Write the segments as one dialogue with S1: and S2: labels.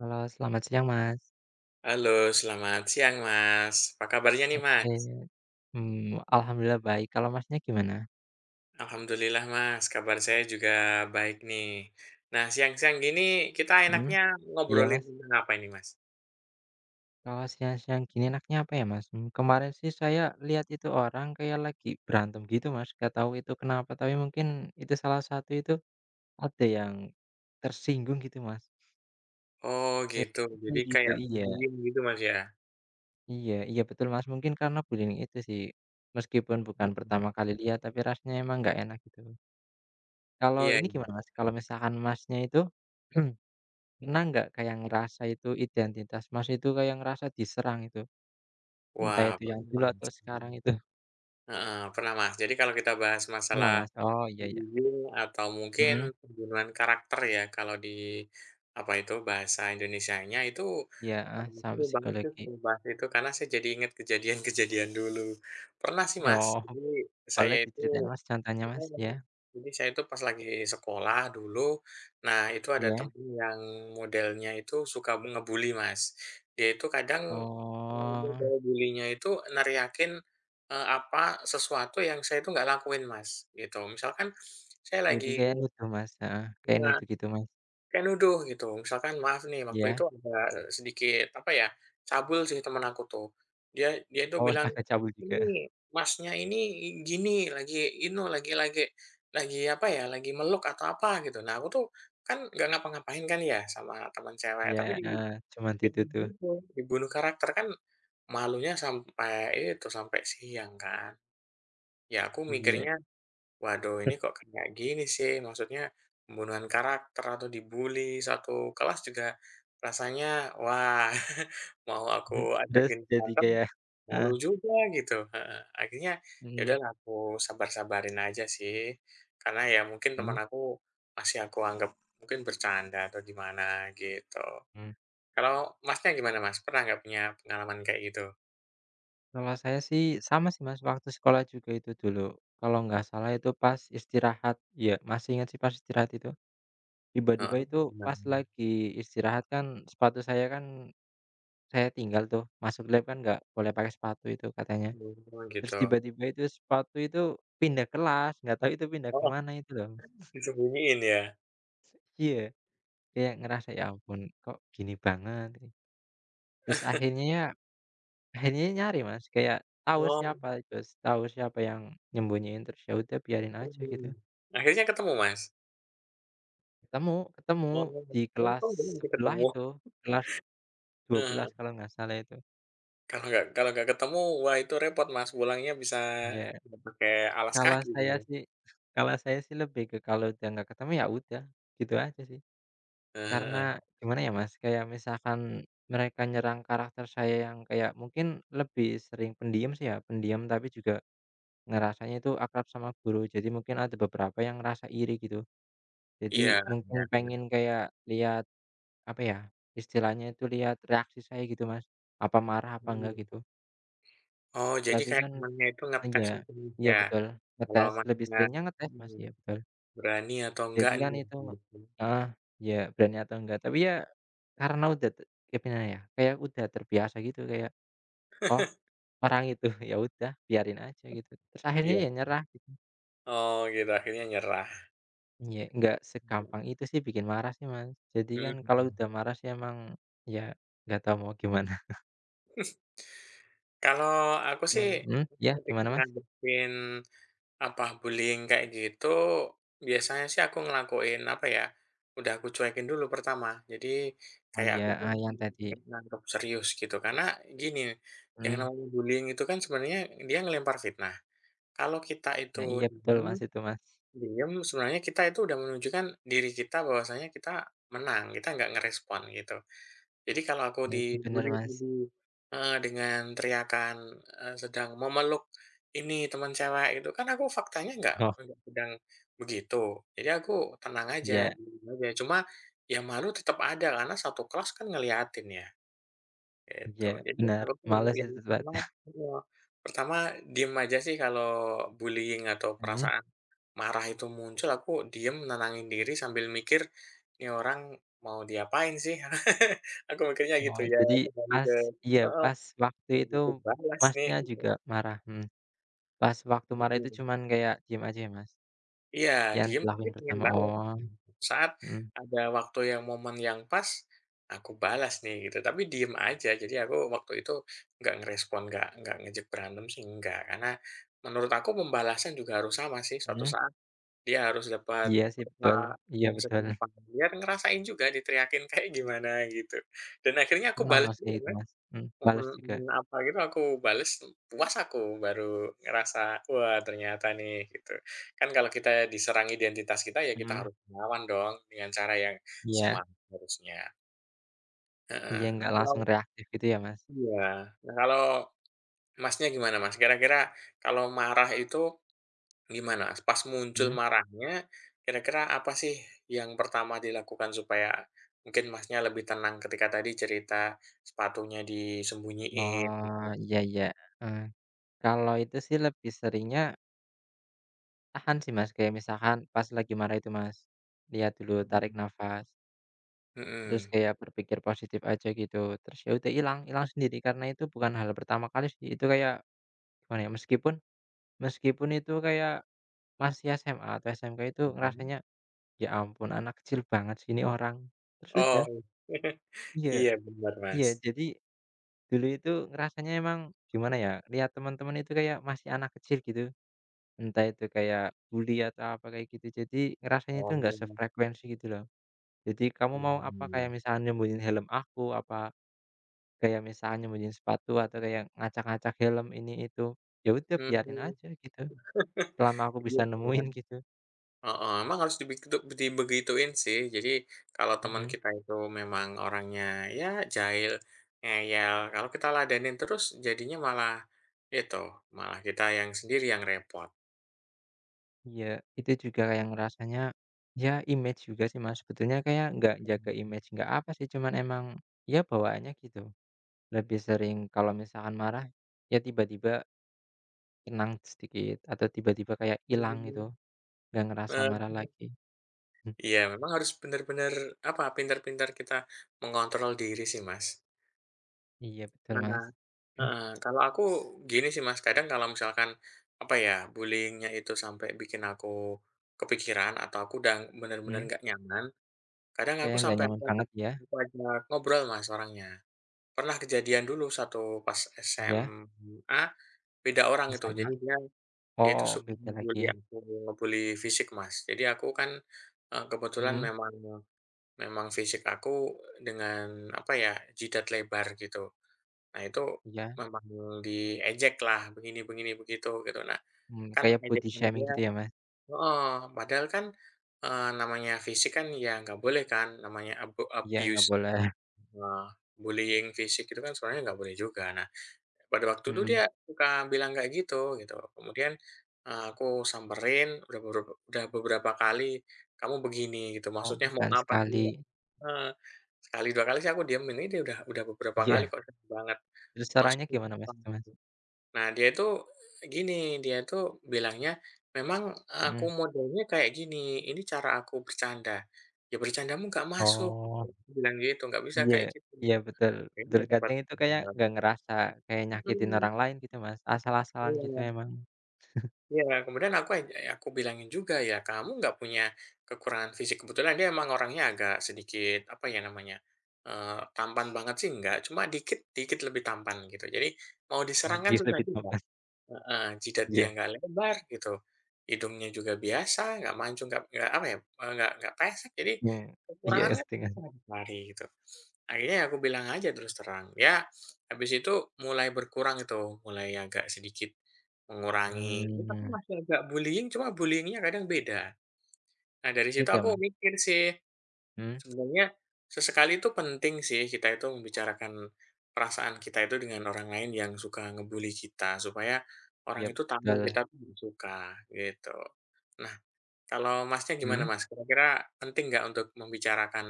S1: Halo, selamat siang, Mas.
S2: Halo, selamat siang Mas. Apa kabarnya nih
S1: Oke,
S2: Mas?
S1: alhamdulillah baik. Kalau Masnya gimana?
S2: Alhamdulillah Mas, kabar saya juga baik nih. Nah, siang-siang gini kita
S1: Mhm.
S2: enaknya
S1: Iya,
S2: ngobrolin
S1: Mas.
S2: tentang apa ini Mas?
S1: Kalau siang-siang gini enaknya apa ya, Mas? Kemarin sih saya lihat itu orang kayak lagi berantem gitu, Mas, nggak tahu itu kenapa, tapi mungkin itu salah satu itu ada yang tersinggung gitu, Mas.
S2: Oh gitu,
S1: Kayaknya
S2: jadi
S1: kayak gitu,
S2: kayak
S1: iya
S2: bullying gitu Mas ya?
S1: iya iya, betul, Mas. Mungkin karena bullying itu sih, meskipun bukan
S2: Mhm.
S1: pertama kali lihat, tapi rasanya emang nggak enak gitu. Kalau
S2: Iya,
S1: ini
S2: iya.
S1: gimana, Mas, kalau misalkan Masnya itu Pernah nggak kayak ngerasa itu identitas Mas itu kayak ngerasa diserang itu? Entah
S2: Wah,
S1: itu yang
S2: pernah
S1: dulu
S2: Mas.
S1: atau sekarang
S2: Mhm.
S1: itu?
S2: Heeh, pernah Mas. Jadi kalau kita bahas
S1: Pernah
S2: masalah
S1: Mas? Oh, iya iya.
S2: Bimbing atau
S1: Mhm,
S2: mungkin pembunuhan karakter ya kalau di, apa itu, bahasa Indonesianya itu,
S1: iya, heeh, sama
S2: seru banget sih
S1: psikologi.
S2: sebelum bahas itu karena saya jadi inget kejadian-kejadian dulu. Pernah sih
S1: Oh,
S2: Mas, jadi saya
S1: boleh
S2: itu.
S1: diceritain Mas contohnya Mas?
S2: Mhm.
S1: Iya
S2: Jadi saya itu pas lagi sekolah dulu, nah itu ada
S1: iya.
S2: temen yang modelnya itu suka ngebully, Mas. Dia itu kadang,
S1: Oh,
S2: model bulinya itu neriakin, apa, sesuatu yang saya itu nggak lakuin, Mas, gitu. Misalkan saya
S1: jadi
S2: lagi
S1: kayak nuduh Mas? Heeh, kayak
S2: nah,
S1: nuduh gitu Mas?
S2: kayak nuduh gitu, misalkan maaf nih waktu
S1: Iya?
S2: itu ada, sedikit apa ya, cabul sih temen aku tuh. Dia dia tuh
S1: Oh,
S2: bilang,
S1: agak cabul juga?
S2: "Ini Masnya ini gini lagi inu lagi apa ya, lagi meluk atau apa," gitu. Nah, aku tuh kan nggak ngapa-ngapain kan ya sama teman cewek,
S1: Iya,
S2: tapi di
S1: heeh, cuman
S2: fitnah
S1: dituduh.
S2: gitu, dibunuh karakter, kan malunya sampai itu, sampai siang kan. Ya aku
S1: Iya.
S2: mikirnya, Waduh, ini kok kayak gini sih? Maksudnya pembunuhan karakter atau dibully satu kelas juga rasanya wah, mau
S1: Mhm.
S2: aku
S1: Terus
S2: ajakin
S1: jadi
S2: berantem
S1: kayak, heeh,
S2: malu juga gitu, heeh. Akhirnya ya
S1: mhm,
S2: udahlah aku sabar-sabarin aja sih, karena ya mungkin teman
S1: mhm.
S2: aku masih aku anggap mungkin bercanda atau gimana gitu.
S1: Mmm.
S2: Kalau Masnya gimana Mas? Pernah nggak punya pengalaman kayak gitu?
S1: Kalau saya sih sama sih, Mas, waktu sekolah juga itu dulu. Kalau nggak salah itu pas istirahat, ya masih ingat sih pas istirahat itu. Tiba-tiba
S2: Heeh,
S1: itu pas
S2: gimana?
S1: lagi istirahat kan sepatu saya kan saya tinggal tuh, masuk lab kan nggak boleh pakai sepatu itu katanya.
S2: Oh
S1: Terus
S2: gitu.
S1: tiba-tiba itu sepatu itu pindah kelas, nggak tahu itu pindah
S2: Oh,
S1: kemana itu loh.
S2: disembunyiin ya?
S1: Iya, kayak ngerasa, "Ya ampun kok gini banget." Terus akhirnya ya akhirnya nyari, Mas, kayak tahu
S2: Oh.
S1: siapa, terus tahu siapa yang nyembunyiin, terus ya udah biarin aja gitu.
S2: Mhm, akhirnya ketemu, Mas?
S1: Ketemu, ketemu
S2: Oh,
S1: di kelas
S2: untung dong nanti
S1: sebelah
S2: ketemu.
S1: itu, kelas dua belas
S2: Heeh.
S1: kalau nggak salah itu.
S2: Kalau nggak ketemu, wah itu repot, Mas, pulangnya bisa
S1: Ya
S2: nggak pakai alas
S1: kalau
S2: kaki dong
S1: saya
S2: ya.
S1: sih kalau saya sih lebih ke kalau udah nggak ketemu ya udah, gitu aja sih.
S2: Heeh,
S1: Karena
S2: heeh.
S1: gimana ya Mas, kayak misalkan mereka nyerang karakter saya yang kayak mungkin lebih sering pendiam sih ya, pendiam tapi juga ngerasanya itu akrab sama guru. Jadi mungkin ada beberapa yang ngerasa iri gitu. Jadi
S2: Iya
S1: mungkin
S2: iya, bener.
S1: pengen kayak lihat Apa ya, istilahnya itu lihat reaksi saya gitu, Mas. Apa marah apa enggak
S2: Mhm.
S1: gitu.
S2: Oh, jadi
S1: Tapi
S2: kayak
S1: kan
S2: temennya itu ngetes
S1: iya
S2: gitu
S1: iya
S2: ya,
S1: betul,
S2: kalau
S1: ngetes, lebih
S2: Masnya
S1: seringnya ngetes, Mas,
S2: mhm,
S1: iya betul.
S2: berani atau enggak
S1: Jadi kan
S2: nih
S1: itu
S2: gitu.
S1: heeh, iya berani atau enggak. Tapi ya karena udah gimana ya, kayak udah terbiasa gitu kayak, "Oh orang itu," ya udah biarin aja gitu. Terus akhirnya
S2: Iya.
S1: ya nyerah gitu.
S2: Oh gitu, akhirnya nyerah.
S1: Iya, enggak
S2: Mhm,
S1: segampang itu sih bikin marah sih, Mas. Jadi kan kalau
S2: mhm.
S1: udah marah sih emang ya nggak tahu mau gimana.
S2: Kalau aku sih
S1: Mhm, iya
S2: ketika
S1: gimana, Mas?
S2: ngadepin apa bullying kayak gitu, biasanya sih aku ngelakuin, apa ya, udah aku cuekin dulu pertama. Jadi,
S1: Oh
S2: kayak
S1: iya,
S2: aku tuh
S1: yang tadi
S2: nggak nganggep serius gitu. Karena gini, yang
S1: mhm,
S2: namanya bullying itu kan sebenarnya dia ngelempar fitnah. Kalau kita itu
S1: nah iya betul Mas
S2: diem,
S1: itu Mas,
S2: diem sebenarnya kita itu udah menunjukkan diri kita bahwasanya kita menang, kita nggak ngerespon gitu. Jadi kalau aku
S1: nah itu bener
S2: dibully
S1: Mas.
S2: tadi heeh, dengan teriakan, sedang memeluk ini teman cewek itu kan aku faktanya nggak
S1: Oh
S2: nggak sedang begitu. Jadi aku tenang aja,
S1: iya
S2: diem aja, cuma ya malu tetap ada karena satu kelas kan ngeliatin ya. Gitu,
S1: iya
S2: jadi
S1: benar,
S2: aku tuh
S1: males
S2: yang
S1: itu Mbak.
S2: pertama heeh, pertama diem aja sih kalau bullying atau
S1: Mhm,
S2: perasaan marah itu muncul, aku diem nenangin diri sambil mikir, "Ini orang mau diapain sih?" Aku mikirnya gitu
S1: oh
S2: ya,
S1: jadi
S2: kembali
S1: pas,
S2: ke
S1: iya,
S2: heeh,
S1: pas waktu
S2: yang
S1: itu
S2: aku balas nih
S1: Masnya
S2: gitu,
S1: juga marah, mhm, pas waktu marah itu
S2: mhm.
S1: cuman kayak diem aja ya Mas,
S2: Iya,
S1: yang
S2: diem tapi
S1: dilakuin
S2: pengen
S1: pertama?
S2: balas.
S1: Oh,
S2: Saat
S1: mhm
S2: ada waktu yang momen yang pas, aku balas nih gitu, tapi diem aja. Jadi aku waktu itu nggak ngerespon, nggak ngejek berantem sih, nggak. Karena menurut aku pembalasan juga harus sama sih, suatu
S1: mhm,
S2: saat dia harus dapat,
S1: iya sih
S2: apa
S1: betul iya
S2: yang
S1: betul,
S2: setimpal, biar ngerasain juga diteriakin kayak gimana gitu. Dan akhirnya aku
S1: pernah
S2: balas
S1: Mas kayak
S2: juga
S1: gitu
S2: kan.
S1: Mas, mhm,
S2: Momen
S1: males juga,
S2: momen apa gitu aku bales, puas aku, baru ngerasa, "Wah ternyata nih," gitu. Kan kalau kita diserang identitas kita, ya kita
S1: mhm,
S2: harus melawan dong, dengan cara yang
S1: iya
S2: smart harusnya.
S1: iya
S2: Heeh. Nah
S1: nggak
S2: kalau
S1: langsung reaktif gitu ya Mas?
S2: Iya, nah kalau Masnya gimana Mas? Kira-kira kalau marah itu gimana? Pas muncul
S1: Mhm,
S2: marahnya, kira-kira apa sih yang pertama dilakukan supaya mungkin Masnya lebih tenang ketika tadi cerita sepatunya disembunyiin
S1: oh
S2: gitu?
S1: iya iya, heeh. Kalau itu sih lebih seringnya tahan sih, Mas, kayak misalkan pas lagi marah itu, Mas, lihat dulu, tarik
S2: Mhm.
S1: nafas, terus
S2: Mhm.
S1: kayak berpikir positif aja gitu, terus ya udah hilang hilang sendiri karena itu bukan hal pertama kali sih, itu kayak gimana ya, meskipun meskipun itu kayak masih SMA atau SMK itu
S2: Mhm.
S1: ngerasanya, "Ya ampun anak kecil banget sih ini orang." Terus udah
S2: Oh,
S1: iya
S2: iya benar
S1: iya,
S2: Mas.
S1: jadi dulu itu ngerasanya emang gimana ya, lihat teman-teman itu kayak masih anak kecil gitu. Entah itu kayak bully atau apa kayak gitu, jadi ngerasanya itu
S2: Oh,
S1: nggak
S2: mhm.
S1: sefrekuensi gitu loh. Jadi kamu mau apa, kayak misalnya nyembunyiin helm aku, apa kayak misalnya nyembunyiin sepatu atau kayak ngacak-ngacak helm ini itu, ya udah biarin
S2: Mhm.
S1: aja gitu, selama aku
S2: Iya
S1: bisa
S2: sih,
S1: nemuin
S2: kan.
S1: gitu.
S2: Heeh, emang harus dibegituin sih. Jadi kalau teman
S1: Mhm,
S2: kita itu memang orangnya ya jahil, ngeyel, kalau kita ladenin terus jadinya malah itu, malah kita yang sendiri yang repot.
S1: iya, itu juga kayak ngerasanya, ya image juga sih Mas, sebetulnya kayak nggak jaga
S2: Mhm.
S1: image, nggak apa sih, cuman emang ya bawaannya gitu. Lebih sering kalau misalkan marah, ya tiba-tiba tenang sedikit atau tiba-tiba kayak hilang gitu,
S2: Mmm,
S1: nggak ngerasa marah lagi. Mmm,
S2: iya memang harus benar-benar apa, pintar-pintar kita mengontrol diri sih, Mas.
S1: iya betul, Mas.
S2: Nah, heeh, kalau aku gini sih Mas, kadang kalau misalkan, apa ya, bullyingnya itu sampai bikin aku kepikiran atau aku udah bener-bener
S1: Mhm,
S2: nggak nyaman, kadang aku
S1: kayaknya nggak
S2: sampai
S1: nyaman
S2: aku ajak
S1: banget ya?
S2: aku ajak ngobrol Mas orangnya. Pernah kejadian dulu satu pas
S1: Iya,
S2: SMA, beda orang
S1: ya yang
S2: itu,
S1: sama?
S2: jadi dia dia itu
S1: Oh,
S2: suka
S1: beda lagi.
S2: ngebully aku, ngebully fisik Mas. Jadi aku kan, kebetulan
S1: Mhm,
S2: memang memang fisik aku dengan, apa ya, jidat lebar gitu. Nah itu
S1: iya,
S2: memang diejek lah begini begini, begitu, gitu. Nah, kan
S1: kayak body
S2: ejekan
S1: shaming
S2: dia
S1: gitu ya, Mas?
S2: oh padahal kan, namanya fisik kan ya nggak boleh kan, namanya abu
S1: Iya, nggak
S2: abuse,
S1: boleh.
S2: eee, bullying fisik itu kan sebenarnya nggak boleh juga. Nah, pada waktu itu
S1: Mhm,
S2: dia suka bilang kayak gitu, gitu. Kemudian, aku samperin udah beberapa kali, "Kamu begini," gitu,
S1: oh
S2: "maksudnya mau
S1: bukan
S2: apa sih?"
S1: sekali.
S2: Heeh, sekali, 2 kali sih aku diemin, ini dia udah beberapa kali
S1: Iya,
S2: kok sering banget,
S1: terus caranya
S2: "Maksudnya
S1: gimana, Mas,
S2: apa?"
S1: itu, Mas?
S2: Nah, dia itu gini, dia itu bilangnya, "Memang aku
S1: Mhm,
S2: modelnya kayak gini, ini cara aku bercanda." Ya bercandamu nggak masuk, gitu.
S1: oh,
S2: Aku bilang gitu, nggak bisa
S1: iya
S2: kayak gitu.
S1: iya betul
S2: Ini
S1: betul,
S2: tempat
S1: kadang itu kayak nggak ngerasa kayak nyakitin
S2: mhm,
S1: orang lain gitu, Mas, asal-asalan
S2: iya
S1: gitu
S2: iya.
S1: emang.
S2: Iya, kemudian aku bilangin juga, "Ya kamu nggak punya kekurangan fisik." Kebetulan dia emang orangnya agak sedikit, apa ya namanya, tampan banget sih nggak cuma dikit dikit lebih tampan gitu. Jadi mau
S1: Oh,
S2: diserang kan
S1: dia
S2: susah
S1: lebih tahu,
S2: juga.
S1: Mas.
S2: Heeh, jidat dia
S1: Iya.
S2: nggak lebar gitu, hidungnya juga biasa, nggak mancung, nggak apa ya, nggak pesek, jadi
S1: Hmm, iya
S2: kekurangannya
S1: settingan.
S2: lari gitu. Akhirnya ya aku bilang aja terus terang, ya habis itu mulai berkurang itu, mulai agak sedikit mengurangi, itu tapi
S1: Mmm,
S2: masih agak bullying, cuma bullying-nya kadang beda. Nah dari situ
S1: itu ya,
S2: aku
S1: Bang,
S2: mikir sih
S1: mhm,
S2: sebenarnya sesekali itu penting sih kita itu membicarakan perasaan kita itu dengan orang lain yang suka ngebully kita, supaya
S1: iya
S2: orang itu
S1: betul,
S2: tahu kita tuh nggak suka, gitu. Nah, kalau Masnya gimana
S1: mhm
S2: Mas? Kira-kira penting nggak untuk membicarakan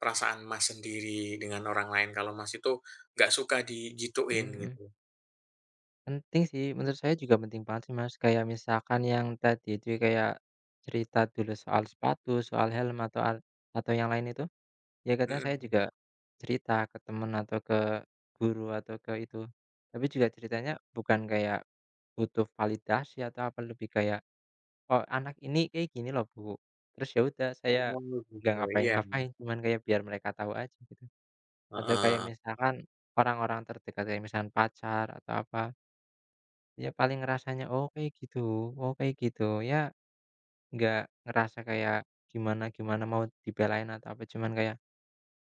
S2: perasaan Mas sendiri dengan orang lain kalau Mas itu nggak suka
S1: mhm
S2: digituin
S1: mhm,
S2: gitu?
S1: penting sih menurut saya juga penting banget sih, Mas, kayak misalkan yang tadi itu ya, kayak cerita dulu soal sepatu, soal helm atau al atau yang lain itu, ya kadang saya
S2: Mhm.
S1: juga cerita ke temen atau ke guru atau ke itu, tapi juga ceritanya bukan kayak butuh validasi atau apa, lebih kayak, "Oh, anak ini kayak gini loh Bu," terus ya udah saya
S2: Oh,
S1: nggak
S2: gitu, iya.
S1: ngapain-ngapain, cuman kayak biar mereka tahu aja gitu. Atau kayak
S2: Heeh.
S1: misalkan orang-orang terdekat kayak misalkan pacar atau apa, ya paling ngerasanya, "Oh kayak gitu, oh kayak gitu." Ya nggak ngerasa kayak gimana-gimana mau dibelain atau apa, cuman kayak,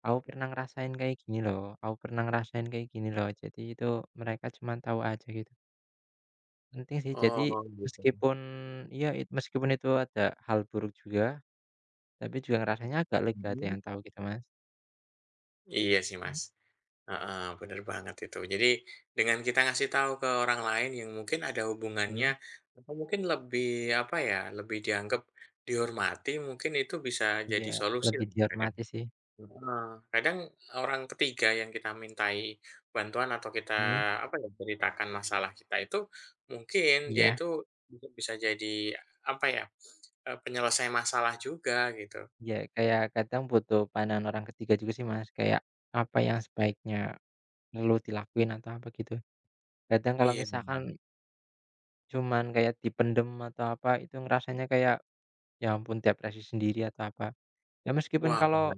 S1: "Aku pernah ngerasain kayak gini loh, aku pernah ngerasain kayak gini loh." Jadi itu mereka cuman tahu aja gitu. Penting sih, jadi
S2: Oh, gitu.
S1: meskipun iya, meskipun itu ada hal buruk juga, tapi juga rasanya agak lega ada
S2: Mhm.
S1: yang tahu gitu, Mas.
S2: Iya sih,
S1: Mmm.
S2: Mas. Heeh, bener banget itu. Jadi dengan kita ngasih tahu ke orang lain yang mungkin ada hubungannya
S1: Mhm,
S2: atau mungkin lebih apa ya, lebih dianggap dihormati mungkin itu bisa
S1: iya,
S2: jadi solusi
S1: lebih
S2: lah kadang.
S1: dihormati sih.
S2: Heeh, kadang orang ketiga yang kita mintai bantuan atau kita
S1: Mhm,
S2: apa ya, ceritakan masalah kita itu mungkin dia
S1: iya
S2: itu bisa bisa jadi apa ya, penyelesai masalah juga gitu.
S1: iya, kayak kadang butuh pandangan orang ketiga juga sih, Mas, kayak apa yang sebaiknya perlu dilakuin atau apa gitu. Kadang kalau
S2: Iya.
S1: misalkan cuman kayak dipendem atau apa itu ngerasanya kayak, ya ampun depresi sendiri atau apa. Ya meskipun
S2: Wah,
S1: kalau
S2: bener.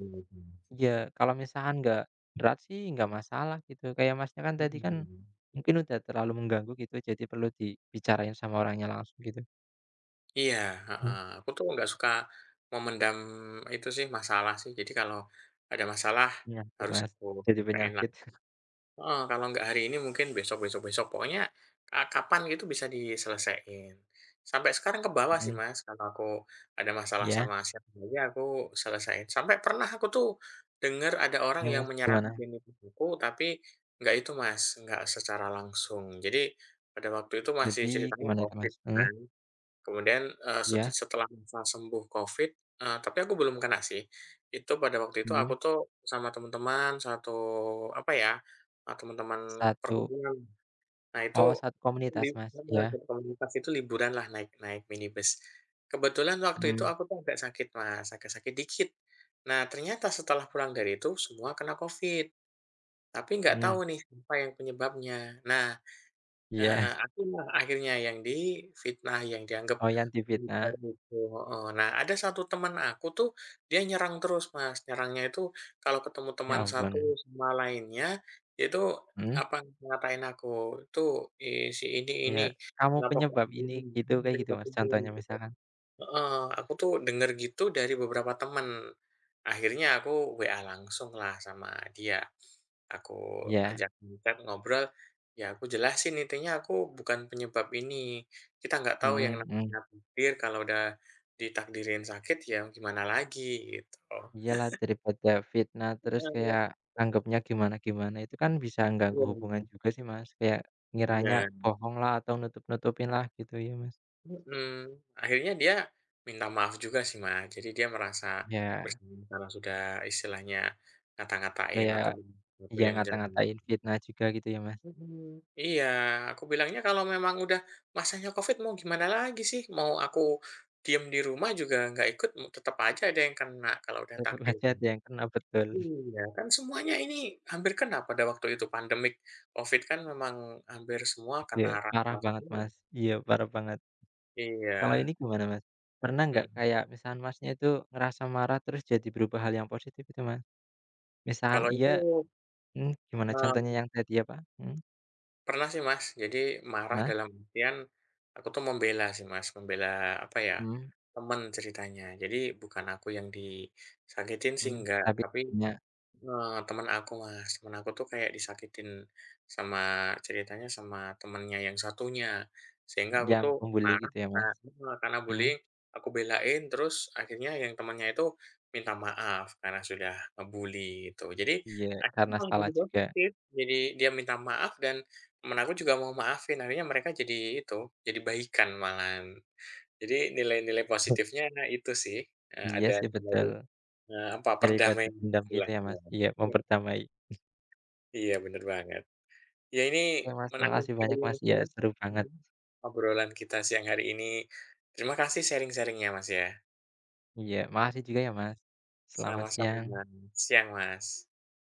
S1: ya kalau misalkan nggak berat sih nggak masalah gitu, kayak Masnya kan
S2: Mhm,
S1: tadi kan
S2: mhm.
S1: mungkin udah terlalu mengganggu gitu, jadi perlu dibicarain sama orangnya langsung gitu.
S2: Iya,
S1: Mmm,
S2: heeh. Aku tuh nggak suka memendam itu sih, masalah sih. Jadi kalau ada masalah
S1: penyakit,
S2: harus
S1: Mas,
S2: aku
S1: jadi
S2: nyelesain lah.
S1: penyakit.
S2: Heeh, kalau nggak hari ini mungkin besok, besok, besok. Pokoknya kapan gitu bisa diselesaikan. Sampai sekarang ke bawah sih,
S1: Mhm,
S2: Mas, kalau aku ada masalah
S1: iya
S2: sama siapa aja aku selesain. Sampai pernah aku tuh dengar ada orang
S1: iya,
S2: yang
S1: Mas,
S2: menyerang
S1: gimana?
S2: genitus aku, tapi nggak itu, Mas, nggak secara langsung. Jadi pada waktu itu masih
S1: Jadi
S2: ceritanya
S1: gimana itu,
S2: COVID
S1: Mas? Heeh,
S2: kan. Kemudian, sut
S1: iya,
S2: setelah masa sembuh Covid, tapi aku belum kena sih. Itu pada waktu itu
S1: mhm,
S2: aku tuh sama teman-teman satu apa ya, teman-teman
S1: 1
S2: perkumpulan. Nah itu
S1: oh, satu
S2: li
S1: komunitas, Mas,
S2: heeh,
S1: iya,
S2: satu komunitas itu liburan lah naik naik minibus. Kebetulan waktu itu
S1: mhm
S2: aku tuh agak sakit Mas, agak sakit dikit. Nah ternyata setelah pulang dari itu semua kena Covid, tapi nggak
S1: mhm,
S2: tahu nih apa yang penyebabnya. Nah
S1: iya,
S2: Akulah akhirnya yang difitnah, yang dianggap
S1: oh, yang
S2: militer
S1: difitnah,
S2: itu, heeh. Nah, ada satu teman aku tuh, dia nyerang terus, Mas. Nyerangnya itu kalau ketemu
S1: ya
S2: teman satu
S1: ampun,
S2: sama lainnya, dia itu,
S1: mhm,
S2: apa, ngatain aku, "Itu, ih, si ini,
S1: iya, "Kamu
S2: kenapa kok
S1: penyebab ini,"
S2: begini?
S1: gitu,
S2: Ini
S1: kayak gitu,
S2: penyebab
S1: Mas,
S2: ini,"
S1: contohnya
S2: gitu.
S1: misalkan.
S2: Heeh, aku tuh denger gitu dari beberapa temen. Akhirnya aku WA langsung lah sama dia. Aku
S1: Iya,
S2: ajak chat, ngobrol, ya aku jelasin intinya aku bukan penyebab ini. Kita nggak tahu yang
S1: mhm mhm,
S2: namanya takdir, kalau udah ditakdirin sakit ya gimana lagi gitu.
S1: iya lah daripada fitnah terus
S2: Heeh,
S1: kayak anggapnya gimana-gimana itu kan bisa ganggu
S2: iya,
S1: hubungan juga sih, Mas, kayak ngiranya
S2: bener.
S1: bohong lah atau nutup-nutupin lah gitu ya, Mas.
S2: Mhm, akhirnya dia minta maaf juga sih, Mas. Jadi dia merasa
S1: Iya.
S2: bersalah karena sudah istilahnya ngata-ngatain
S1: Kayak
S2: atau bilang sesuatu
S1: iya
S2: yang jadi
S1: ngata-ngatain fitnah juga gitu ya, Mas,
S2: mhm, iya, aku bilangnya kalau memang udah masanya COVID mau gimana lagi sih? Mau aku diem di rumah juga nggak ikut, tetep aja ada yang kena kalau udah
S1: tetep
S2: takdir.
S1: aja ada yang kena betul.
S2: Iya, kan semuanya ini hampir kena pada waktu itu pandemik COVID kan memang hampir semua kena
S1: Iya, parah
S2: rasma
S1: banget,
S2: semua.
S1: Mas, iya parah banget. Kalau
S2: Iya,
S1: ini gimana, Mas? Pernah nggak
S2: mhm.
S1: kayak misalkan Masnya itu ngerasa marah terus jadi berubah hal yang positif gitu, Mas? Misalkan
S2: Kalau
S1: iya,
S2: itu,
S1: mmm, gimana contohnya
S2: eh,
S1: yang tadi apa? Mhm,
S2: pernah sih, Mas. Jadi marah
S1: nah,
S2: dalam artian, aku tuh membela sih, Mas, membela apa ya,
S1: mmm,
S2: temen ceritanya. Jadi bukan aku yang disakitin sih
S1: mmm,
S2: enggak,
S1: tapi
S2: tapi
S1: nya
S2: Temen aku, Mas. Temen aku tuh kayak disakitin sama ceritanya sama temennya yang satunya, sehingga aku
S1: yang
S2: tuh
S1: pembuli
S2: marah
S1: gitu ya,
S2: karena
S1: Mas?
S2: heeh, karena
S1: Mhm,
S2: bullying, aku belain, terus akhirnya yang temennya itu minta maaf karena sudah nge-bully gitu. Jadi
S1: iya
S2: akhirnya
S1: karena
S2: malah
S1: salah
S2: jadi
S1: juga.
S2: positif, jadi dia minta maaf dan temen aku juga mau maafin, akhirnya mereka jadi itu, jadi baikan malahan. Jadi nilai-nilai positifnya itu sih,
S1: Iya
S2: ada
S1: sih
S2: nilai,
S1: betul,
S2: apa,
S1: daripada
S2: perdamaian
S1: dendam gitu ya,
S2: istilahnya.
S1: Mas? Iya, memperdamai.
S2: Iya, bener banget. Ya ini
S1: Oke, Mas,
S2: menarik
S1: makasih
S2: sekali
S1: banyak, Mas,
S2: Mas
S1: iya
S2: ya,
S1: seru banget.
S2: mhm, obrolan kita siang hari ini. Terima kasih sharing-sharing-nya Mas ya.
S1: Iya, makasih juga ya, Mas. Selamat siang.
S2: Sama-sama, siang Mas.